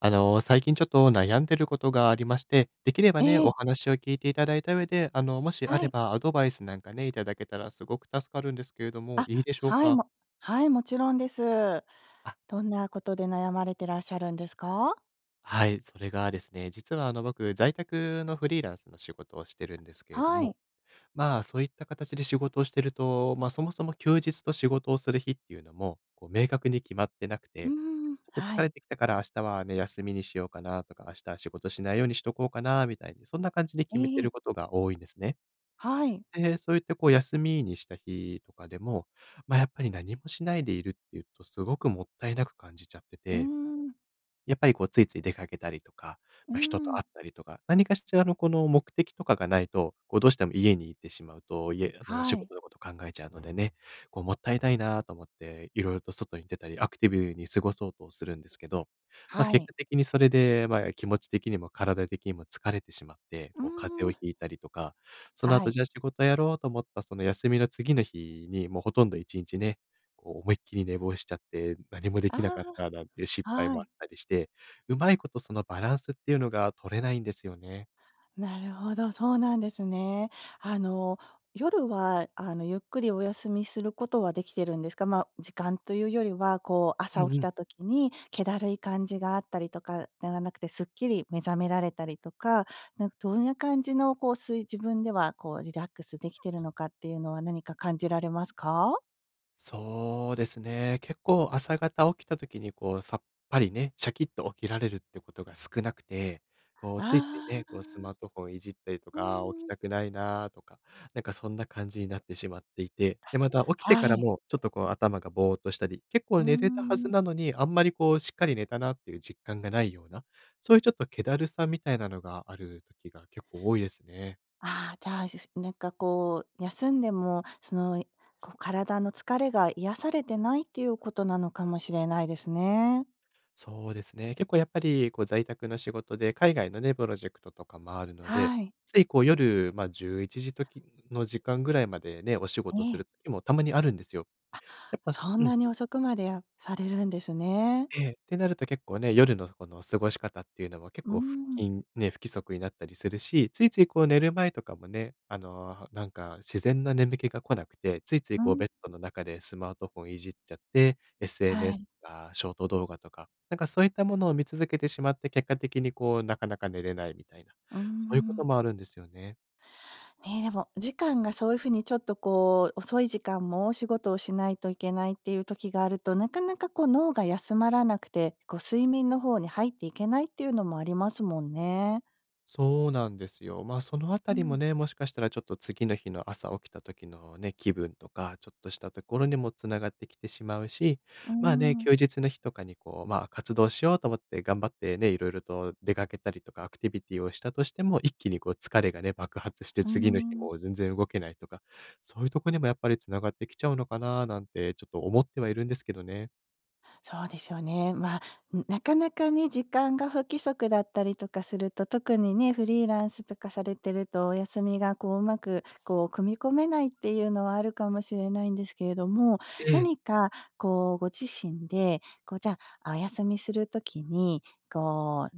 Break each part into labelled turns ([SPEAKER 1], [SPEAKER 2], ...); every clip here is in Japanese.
[SPEAKER 1] 最近ちょっと悩んでることがありまして、できれば
[SPEAKER 2] え
[SPEAKER 1] ね、
[SPEAKER 2] え、
[SPEAKER 1] お話を聞いていただいた上で、もしあ
[SPEAKER 2] は
[SPEAKER 1] れ
[SPEAKER 2] い。
[SPEAKER 1] ばアドバイスなんかね、いただけたらすごく助かるんですけれども、
[SPEAKER 2] あ、
[SPEAKER 1] いいでしょう
[SPEAKER 2] はい、
[SPEAKER 1] か？
[SPEAKER 2] はい、もちろんです。
[SPEAKER 1] あ、
[SPEAKER 2] どんなことで悩まれてらっしゃるんですか？
[SPEAKER 1] はい、それがですね、実は僕、在宅のフリーランスの仕事をしてるんですけれど
[SPEAKER 2] はい。
[SPEAKER 1] も。まあ、そういった形で仕事をしてると、まあ、そもそも休日と仕事をする日っていうのも、こう、明確に決まってなく
[SPEAKER 2] う
[SPEAKER 1] て、
[SPEAKER 2] ーん、
[SPEAKER 1] ちょっと
[SPEAKER 2] は
[SPEAKER 1] 疲れ
[SPEAKER 2] い。
[SPEAKER 1] てきたから明日はね、休みにしようかなとか、明日は仕事しないようにしとこうかなみたいに、そんな感じで
[SPEAKER 2] え
[SPEAKER 1] 決めて
[SPEAKER 2] え、
[SPEAKER 1] ることが多いんですね。
[SPEAKER 2] はい。
[SPEAKER 1] で、そういってこう、休みにした日とかでも、まあ、やっぱり何もしないでいるっていうと、すごくもったいなく感じちゃって
[SPEAKER 2] うー
[SPEAKER 1] て。
[SPEAKER 2] ん、う
[SPEAKER 1] やっぱりこうついつい出かけたりとか、
[SPEAKER 2] ー
[SPEAKER 1] まあ、人と
[SPEAKER 2] ん、
[SPEAKER 1] 会ったりとか、何かしらのこの目的とかがないと、こうどうしても家にいてしまうと、家あの
[SPEAKER 2] は
[SPEAKER 1] 仕
[SPEAKER 2] い、
[SPEAKER 1] 事のこと考えちゃうのでね、こうもったいないなと思って、いろいろと外に出たり、アクティブに過ごそうとするんですけど、まあ、
[SPEAKER 2] は
[SPEAKER 1] 結
[SPEAKER 2] い。
[SPEAKER 1] 果的にそれで、まあ、気持ち的にも体的にも疲れてしまって、
[SPEAKER 2] う
[SPEAKER 1] こう風邪
[SPEAKER 2] ー
[SPEAKER 1] を
[SPEAKER 2] ん、
[SPEAKER 1] ひいたりとか、その
[SPEAKER 2] は
[SPEAKER 1] 後
[SPEAKER 2] い。
[SPEAKER 1] じゃあ仕事やろうと思ったその休みの次の日に、もうほとんど1日ね、こう思いっきり寝坊しちゃって、何もできなかっ
[SPEAKER 2] あ
[SPEAKER 1] たなんていう失
[SPEAKER 2] あ、
[SPEAKER 1] 敗
[SPEAKER 2] は
[SPEAKER 1] もあ
[SPEAKER 2] い。
[SPEAKER 1] ったりして、うまいことそのバランスっていうのが取れないんですよね。
[SPEAKER 2] なるほど、そうなんですね。あの、夜は、あの、ゆっくりお休みすることはできてるんですか？まあ、時間というよりは、こう、
[SPEAKER 1] う
[SPEAKER 2] 朝
[SPEAKER 1] ん
[SPEAKER 2] 起き
[SPEAKER 1] うん。
[SPEAKER 2] た時に気だるい感じがあったりとかではなくて、すっきり目覚められたりとか、なんかどんな感じの、こう、自分では、こう、リラックスできてるのかっていうのは何か感じられますか？
[SPEAKER 1] そうですね。結構朝方起きた時にこうさっぱりね、シャキッと起きられるってことが少なくて、こうついつい
[SPEAKER 2] あ
[SPEAKER 1] ね、こうスマー
[SPEAKER 2] あ
[SPEAKER 1] トフォンいじったりと
[SPEAKER 2] ー、
[SPEAKER 1] か、あー起
[SPEAKER 2] う
[SPEAKER 1] き
[SPEAKER 2] ん。
[SPEAKER 1] たくないなーとか、なんかそんな感じになってしまっていて、で、また起きて
[SPEAKER 2] は
[SPEAKER 1] から
[SPEAKER 2] い。
[SPEAKER 1] もちょっとこう頭がぼーっとしたり、結
[SPEAKER 2] う
[SPEAKER 1] 構
[SPEAKER 2] ー
[SPEAKER 1] 寝れたはず
[SPEAKER 2] ん。
[SPEAKER 1] なのに、あんまりこうしっかり寝たなっていう実感がないような、そういうちょっと気だるさみたいなのがある時が結構多いですね。
[SPEAKER 2] ああ、じゃあ、なんかこう、休んでも、その、こう体の疲れが癒されてないっていうことなのかもしれないですね。
[SPEAKER 1] そうですね。結構やっぱり、こう在宅の仕事で、海外のね、プロジェクトとかもあるので、
[SPEAKER 2] はい。
[SPEAKER 1] ついこう夜、まあ、11時の時間ぐらいまでね、お仕
[SPEAKER 2] え
[SPEAKER 1] 事する
[SPEAKER 2] え。
[SPEAKER 1] 時もたまにあるんですよ。やっぱ
[SPEAKER 2] そん
[SPEAKER 1] うん。
[SPEAKER 2] なに遅くまでやされるんですね。
[SPEAKER 1] ええ、ってなると結構ね、夜のこの過ごし方っていうのも結
[SPEAKER 2] うー
[SPEAKER 1] 構不
[SPEAKER 2] ん、
[SPEAKER 1] 均ね、不規則になったりするし、ついついこう寝る前とかもね、なんか自然な眠気が来なくて、ついつい
[SPEAKER 2] う
[SPEAKER 1] こう
[SPEAKER 2] ん、
[SPEAKER 1] ベッドの中でスマートフォンいじっちゃって、
[SPEAKER 2] は
[SPEAKER 1] SNS
[SPEAKER 2] い。
[SPEAKER 1] とかショート動画とか、なんかそういったものを見続けてしまって、結果的にこうなかなか寝れないみたいな、
[SPEAKER 2] うー
[SPEAKER 1] そういうこと
[SPEAKER 2] ん。
[SPEAKER 1] もあるんですよね。
[SPEAKER 2] ね、でも、時間がそういうふうにちょっとこう、遅い時間もお仕事をしないといけないっていう時があると、なかなかこう脳が休まらなくて、こう睡眠の方に入っていけないっていうのもありますもんね。
[SPEAKER 1] そうなんですよ。まあ、そのあ
[SPEAKER 2] う
[SPEAKER 1] たりも
[SPEAKER 2] ん、
[SPEAKER 1] ね、もしかしたらちょっと次の日の朝起きた時のね、気分とか、ちょっとしたところにもつながってきてしまうし、
[SPEAKER 2] うー
[SPEAKER 1] まあね、
[SPEAKER 2] ん。
[SPEAKER 1] 休日の日とかにこう、まあ、活動しようと思って頑張ってね、いろいろと出かけたりとか、アクティビティをしたとしても、一気にこう疲れがね、爆発して
[SPEAKER 2] うー
[SPEAKER 1] 次の日
[SPEAKER 2] ん、
[SPEAKER 1] も全然動けないとか、そういうとこにもやっぱりつながってきちゃうのかななんてちょっと思ってはいるんですけどね。
[SPEAKER 2] そうですよね。まあ、なかなかね、時間が不規則だったりとかすると、特にね、フリーランスとかされてると、お休みがこう、うまくこう、組み込めないっていうのはあるかもしれないんですけれども、
[SPEAKER 1] ええ。
[SPEAKER 2] 何かこう、ご自身で、こう、じゃあ、あ、お休みするときに、こ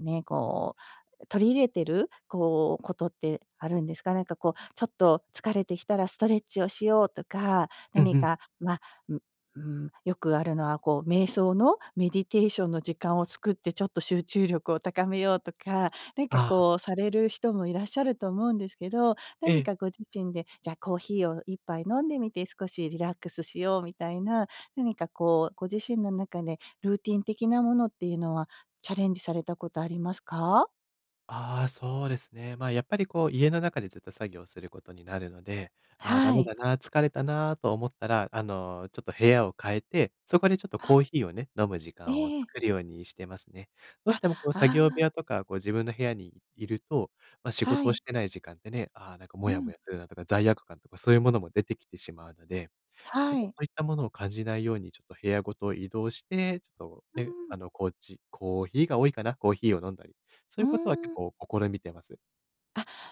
[SPEAKER 2] う、ね、こう取り入れてる、こう、ことってあるんですか？なんかこう、ちょっと疲れてきたらストレッチをしようとか、
[SPEAKER 1] うん
[SPEAKER 2] 何
[SPEAKER 1] うん。
[SPEAKER 2] か、まあ、うんうん、よくあるのは、こう、瞑想のメディテーションの時間を作って、ちょっと集中力を高めようとか、なんか
[SPEAKER 1] ああ、
[SPEAKER 2] こう、される人もいらっしゃると思うんですけど、
[SPEAKER 1] え
[SPEAKER 2] 何
[SPEAKER 1] え。
[SPEAKER 2] かご自身で、じゃあコーヒーを一杯飲んでみて少しリラックスしようみたいな、何かこう、ご自身の中でルーティン的なものっていうのはチャレンジされたことありますか？
[SPEAKER 1] ああ、そうですね。まあ、やっぱりこう、家の中でずっと作業することになるので、ああ、ダ
[SPEAKER 2] は
[SPEAKER 1] メ
[SPEAKER 2] い。
[SPEAKER 1] だな、疲れたなと思ったら、ちょっと部屋を変えて、そこでちょっとコーヒーをね、飲む時
[SPEAKER 2] え
[SPEAKER 1] 間を
[SPEAKER 2] え
[SPEAKER 1] 作るようにしてますね。どうしてもこう、作
[SPEAKER 2] あ
[SPEAKER 1] 業部屋
[SPEAKER 2] あ
[SPEAKER 1] とか、こう、自分の部屋にいると、まあ、仕
[SPEAKER 2] あ、は
[SPEAKER 1] 事を
[SPEAKER 2] い。
[SPEAKER 1] してない時間ってね、ああ、なんかモ
[SPEAKER 2] う
[SPEAKER 1] ヤモ
[SPEAKER 2] ん、
[SPEAKER 1] ヤするなとか、罪悪感とか、そういうものも出てきてしまうので、そ
[SPEAKER 2] はい。
[SPEAKER 1] ういったものを感じないように、ちょっと部屋ごと移動して、ちょっと
[SPEAKER 2] う
[SPEAKER 1] ね、
[SPEAKER 2] ん、
[SPEAKER 1] こうコーヒーが多いかな、コーヒーを飲んだり、そう
[SPEAKER 2] う
[SPEAKER 1] いうことは
[SPEAKER 2] ー
[SPEAKER 1] 結
[SPEAKER 2] ん。
[SPEAKER 1] 構試みてます。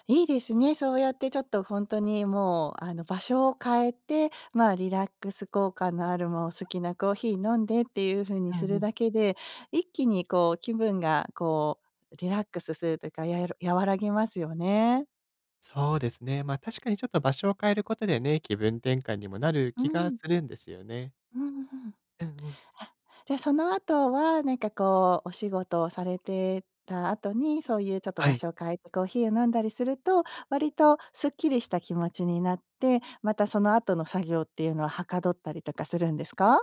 [SPEAKER 2] いいですね、そうやってちょっとほんとにもう、あの、場所を変えて、まあ、リラックス効果のあるもう好きなコーヒー飲んでっていう風に
[SPEAKER 1] う
[SPEAKER 2] す
[SPEAKER 1] ん
[SPEAKER 2] る
[SPEAKER 1] うん。
[SPEAKER 2] だけで、一気にこう気分がこうリラックスするというか、やる和らぎますよね。
[SPEAKER 1] そうですね、ま、確かにちょっと場所を変えることでね、気分転換にもなる
[SPEAKER 2] う
[SPEAKER 1] 気が
[SPEAKER 2] ん。
[SPEAKER 1] するんですよね。
[SPEAKER 2] うんうん。
[SPEAKER 1] うんうん。
[SPEAKER 2] あ、じゃ、その後は、なんかこう、お仕事をされてた後に、そういうちょっと
[SPEAKER 1] は
[SPEAKER 2] 場
[SPEAKER 1] い。
[SPEAKER 2] 所を変えてコーヒーを飲んだりすると、割とすっきりした気持ちになって、またその後の作業っていうのははかどったりとかするんですか？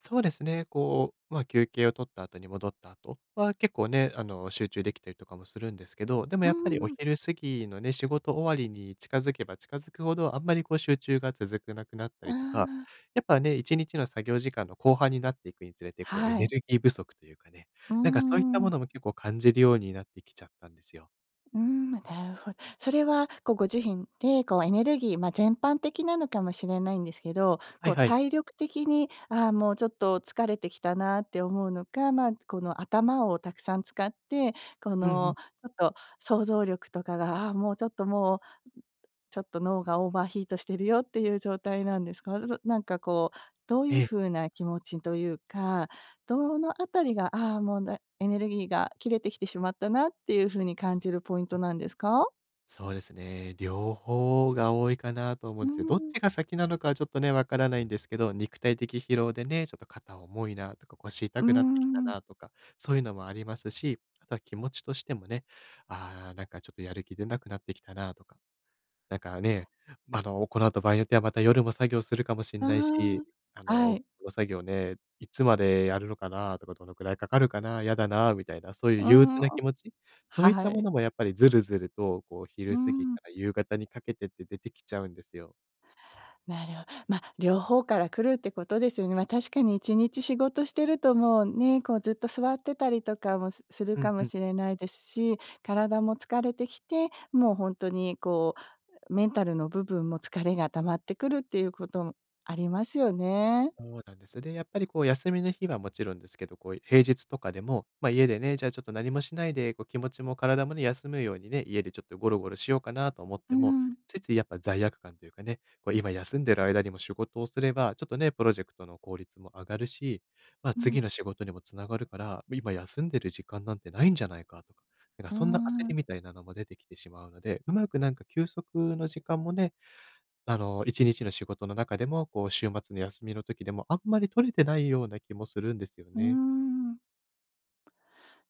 [SPEAKER 1] そうですね。こう、まあ、休憩を取った後に戻った後は、結構ね、集中できたりとかもするんですけど、でも
[SPEAKER 2] う
[SPEAKER 1] やっぱりお
[SPEAKER 2] んうん。
[SPEAKER 1] 昼過ぎのね、仕事終わりに近づけば近づくほど、あんまりこう集中が続くなくなった
[SPEAKER 2] あ
[SPEAKER 1] りとか、
[SPEAKER 2] あ、
[SPEAKER 1] やっぱね、一日の作業時間の後半になっていくにつれて、こう、エ
[SPEAKER 2] は
[SPEAKER 1] ネ
[SPEAKER 2] い。
[SPEAKER 1] ルギー不足というかね、
[SPEAKER 2] うー
[SPEAKER 1] なんかそういったも
[SPEAKER 2] ん。
[SPEAKER 1] のも結構感じるようになってきちゃったんですよ。
[SPEAKER 2] うーん、なるほどそれは、こう、ご自身で、こう、エネルギー、まあ、全般的なのかもしれないんですけど、
[SPEAKER 1] は
[SPEAKER 2] こ
[SPEAKER 1] い
[SPEAKER 2] う、
[SPEAKER 1] はい。
[SPEAKER 2] 体力的に、あーもうちょっと疲れてきたなって思うのか、まあ、この、頭をたくさん使って、こ
[SPEAKER 1] うんうん。
[SPEAKER 2] の、ちょっと想像力とかが、ああ、もうちょっと脳がオーバーヒートしてるよっていう状態なんですか？なんかこう、どうい
[SPEAKER 1] え
[SPEAKER 2] う
[SPEAKER 1] え。
[SPEAKER 2] 風な気持ちというか、どのあたりが、ああ、もう、エネルギーが切れてきてしまったなっていう風に感じるポイントなんですか？
[SPEAKER 1] そうですね。両方が多いかなと思う
[SPEAKER 2] う
[SPEAKER 1] ん
[SPEAKER 2] ー
[SPEAKER 1] ですよ。どっ
[SPEAKER 2] ん、
[SPEAKER 1] ちが先なのかはちょっとね、わからないんですけど、肉体的疲労でね、ちょっと肩重いなとか、腰
[SPEAKER 2] う
[SPEAKER 1] 痛
[SPEAKER 2] ー
[SPEAKER 1] くなってきた
[SPEAKER 2] ん、
[SPEAKER 1] なとか、そういうのもありますし、あとは気持ちとしてもね、ああ、なんかちょっとやる気出なくなってきたなとか、なんかね、この後場合によってはまた夜も作業するかもしんないし、
[SPEAKER 2] ああ、はい、
[SPEAKER 1] この作業ね、いつまでやるのかなとか、どのくらいかかるかな、嫌だなみたいな、そういう
[SPEAKER 2] うー
[SPEAKER 1] 憂鬱
[SPEAKER 2] ん、
[SPEAKER 1] な気持ち、そういっ
[SPEAKER 2] は
[SPEAKER 1] たも
[SPEAKER 2] い、
[SPEAKER 1] のもやっぱりずるずると、こう
[SPEAKER 2] う
[SPEAKER 1] 昼
[SPEAKER 2] ー
[SPEAKER 1] 過ぎ
[SPEAKER 2] ん。
[SPEAKER 1] から夕方にかけてって出てきちゃうんですよ。
[SPEAKER 2] なるほまあ、両方から来るってことですよね。まあ、確かに1日仕事してるともうね、こうずっと座ってたりとかもする
[SPEAKER 1] うん
[SPEAKER 2] かも
[SPEAKER 1] うん。
[SPEAKER 2] しれないですし、体も疲れてきて、もう本当にこうメンタルの部分も疲れが溜まってくるっていうこともありますよね。
[SPEAKER 1] そうなんです。で、やっぱりこう休みの日はもちろんですけど、こう平日とかでも、まあ、家でね、じゃあちょっと何もしないで、こう気持ちも体もね、休むようにね、家でちょっとゴロゴロしようかなと思っ
[SPEAKER 2] う
[SPEAKER 1] ても、
[SPEAKER 2] ん、
[SPEAKER 1] ついついやっぱ罪悪感というかね、こう今休んでる間にも仕事をすれば、ちょっとね、プロジェクトの効率も上がるし、まあ、
[SPEAKER 2] うん、
[SPEAKER 1] 次の仕事にもつながるから、今休んでる時間なんてないんじゃないかとか、なんか
[SPEAKER 2] うー
[SPEAKER 1] そんな焦
[SPEAKER 2] ん、
[SPEAKER 1] りみたいなのも出てきてしまうので、うまくなんか休息の時間もね1日の仕事の中でも、こう、週末の休みの時でも、あんまり取れてないような気もするんですよ
[SPEAKER 2] うー
[SPEAKER 1] ね。
[SPEAKER 2] ん。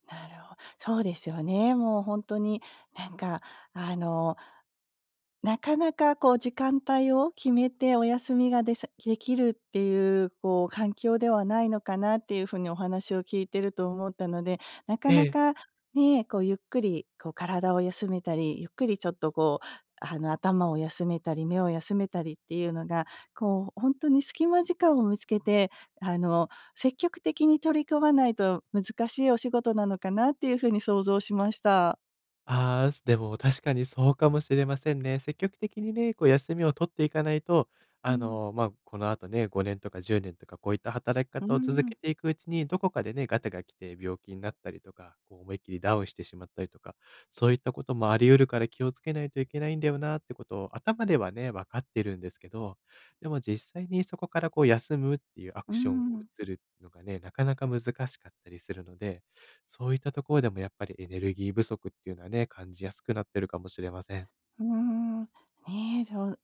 [SPEAKER 2] なるほどそうですよね。もう本当になんかあのなかなかこう時間帯を決めてお休みができるっていうこう環境ではないのかなっていうふうにお話を聞いてると思ったので、なか
[SPEAKER 1] え
[SPEAKER 2] な
[SPEAKER 1] え。
[SPEAKER 2] かね、こうゆっくりこう体を休めたり、ゆっくりちょっとこう、あの、頭を休めたり、目を休めたりっていうのが、こう本当に隙間時間を見つけて、あの、積極的に取り組まないと難しいお仕事なのかなっていうふうに想像しました。
[SPEAKER 1] ああ、でも確かにそうかもしれませんね。積極的にね、こう休みを取っていかないと、
[SPEAKER 2] うん、
[SPEAKER 1] まあ、この後ね、5年とか10年とかこういった働き
[SPEAKER 2] う
[SPEAKER 1] 方を続
[SPEAKER 2] ん、
[SPEAKER 1] けていくうちに、どこかでね、ガタが来て病気になったりとか、こう思いっきりダウンしてしまったりとか、そういったこともあり得るから気をつけないといけないんだよなってことを頭ではね、分かってるんですけど、でも実際にそこからこう休むっていうア
[SPEAKER 2] う
[SPEAKER 1] クションを
[SPEAKER 2] ん。
[SPEAKER 1] 移るのがね、なかなか難しかったりするので、そういったところでもやっぱりエネルギー不足っていうのはね、感じやすくなってるかもしれません。
[SPEAKER 2] うーん、ねえ、でも、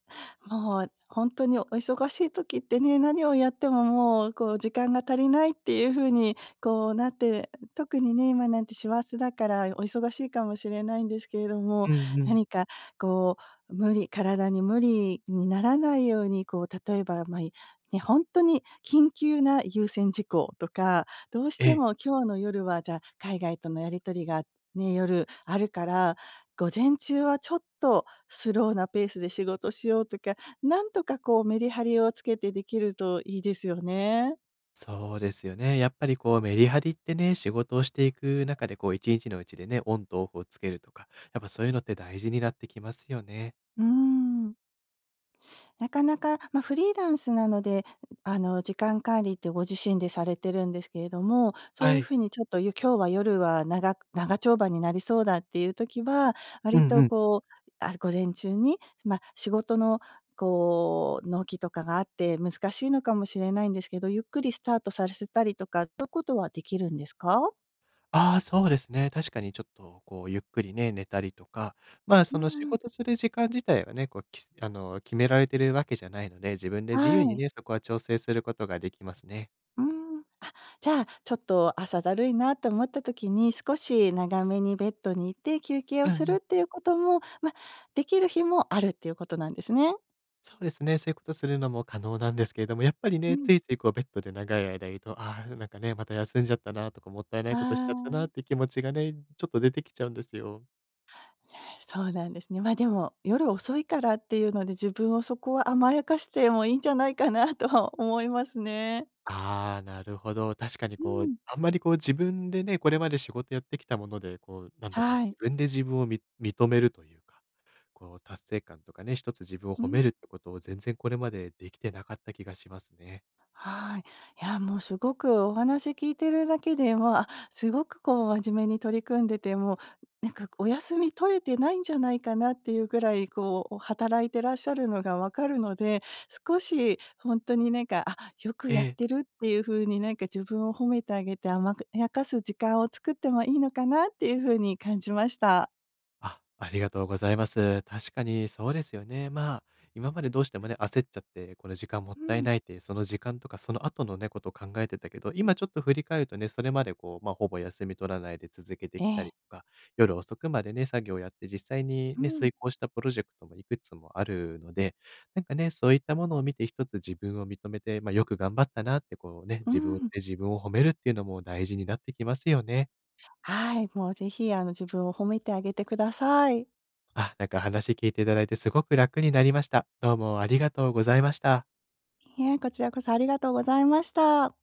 [SPEAKER 2] もう本当にお忙しい時ってね、何をやってももうこう時間が足りないっていう風にこうなって、特にね、今なんて師走だからお忙しいかもしれないんですけれども、
[SPEAKER 1] うんうん。
[SPEAKER 2] 何かこう無理体に無理にならないように、こう例えば、ま、いね、本当に緊急な優先事項とか、どうし
[SPEAKER 1] え
[SPEAKER 2] て
[SPEAKER 1] え。
[SPEAKER 2] も今日の夜はじゃあ海外とのやり取りがね、夜あるから、午前中はちょっとスローなペースで仕事しようとか、なんとかこうメリハリをつけてできるといいですよね。
[SPEAKER 1] そうですよね。やっぱりこうメリハリってね、仕事をしていく中でこう1日のうちでね、オンとオフをつけるとか、やっぱそういうのって大事になってきますよね。
[SPEAKER 2] うーん、なかなか、ま、フリーランスなので、あの、時間管理ってご自身でされてるんですけれども、そう
[SPEAKER 1] は
[SPEAKER 2] いう
[SPEAKER 1] い。
[SPEAKER 2] ふうにちょっと、今日は夜は長丁場になりそうだっていう時は、
[SPEAKER 1] う
[SPEAKER 2] 割
[SPEAKER 1] んう
[SPEAKER 2] と
[SPEAKER 1] ん。
[SPEAKER 2] こう、あ、午前中に、ま、仕事のこう、納期とかがあって難しいのかもしれないんですけど、ゆっくりスタートさせたりとか、そういうことはできるんですか？
[SPEAKER 1] ああ、そうですね。確かにちょっと、こう、ゆっくりね、寝たりとか、まあ、
[SPEAKER 2] う
[SPEAKER 1] その仕
[SPEAKER 2] んうん。
[SPEAKER 1] 事する時間自体はね、こう、きあの、決められてるわけじゃないので、自分で自
[SPEAKER 2] は
[SPEAKER 1] 由に
[SPEAKER 2] い。
[SPEAKER 1] ね、そこは調整することができますね。
[SPEAKER 2] うん。じゃあ、ちょっと朝だるいなと思った時に、少し長めにベッドに行って休憩
[SPEAKER 1] う
[SPEAKER 2] を
[SPEAKER 1] う
[SPEAKER 2] す
[SPEAKER 1] ん
[SPEAKER 2] る
[SPEAKER 1] う
[SPEAKER 2] っ
[SPEAKER 1] ん。
[SPEAKER 2] ていうことも、ま、できる日もあるっていうことなんですね。
[SPEAKER 1] そうですね、そういうことするのも可能なんですけれども、やっぱり
[SPEAKER 2] う
[SPEAKER 1] ね、
[SPEAKER 2] ん。
[SPEAKER 1] ついついこうベッドで長い間いると、ああ、なんかね、また休んじゃったなとか、もったいない
[SPEAKER 2] あ
[SPEAKER 1] ことしちゃったな
[SPEAKER 2] あ、
[SPEAKER 1] って気持ちがね、ちょっと出てきちゃうんですよ。
[SPEAKER 2] そうなんですね。ま、でも、夜遅いからっていうので、自分をそこは甘やかしてもいいんじゃないかなとは思いますね。
[SPEAKER 1] ああ、なるほど。確かに
[SPEAKER 2] う
[SPEAKER 1] こう、
[SPEAKER 2] ん。
[SPEAKER 1] あんまりこう自分でね、これまで仕事やってきたもので、こう、なんだろう、
[SPEAKER 2] はい。
[SPEAKER 1] 自分で自分を認めるというか、こう、達成感とかね、一つ自分を
[SPEAKER 2] う
[SPEAKER 1] 褒め
[SPEAKER 2] ん。
[SPEAKER 1] るってことを全然これまでできてなかった気がしますね。
[SPEAKER 2] はい。いや、もうすごくお話聞いてるだけで、まあ、すごくこう真面目に取り組んでて、もうなんかお休み取れてないんじゃないかなっていうぐらい、こう働いてらっしゃるのが分かるので、少し本当になんか、あ、よく
[SPEAKER 1] え
[SPEAKER 2] やっ
[SPEAKER 1] え。
[SPEAKER 2] てるっていう風になんか自分を褒めてあげて、甘やかす時間を作ってもいいのかなっていう風に感じました。
[SPEAKER 1] あ、ありがとうございます。確かにそうですよね。まあ、今までどうしてもね、焦っちゃって、この時間もっ
[SPEAKER 2] う
[SPEAKER 1] たい
[SPEAKER 2] ん。
[SPEAKER 1] ないって、その時間とかその後のね、ことを考えてたけど、今ちょっと振り返るとね、それまでこう、まあ、ほぼ休み取らないで続けて
[SPEAKER 2] え
[SPEAKER 1] きたりと
[SPEAKER 2] え。
[SPEAKER 1] か、夜遅くまでね、作業やって実際に
[SPEAKER 2] う
[SPEAKER 1] ね、
[SPEAKER 2] ん。
[SPEAKER 1] 遂行したプロジェクトもいくつもあるので、なんかね、そういったものを見て一つ自分を認めて、まあ、よく頑張ったなってこうね、
[SPEAKER 2] う
[SPEAKER 1] 自分で
[SPEAKER 2] ん。
[SPEAKER 1] 自分を褒めるっていうのも大事になってきますよね。
[SPEAKER 2] はい。もうぜひあの自分を褒めてあげてください。
[SPEAKER 1] あ、なんか話聞いていただいてすごく楽になりました。どうもありがとうございました。
[SPEAKER 2] いえ、こちらこそありがとうございました。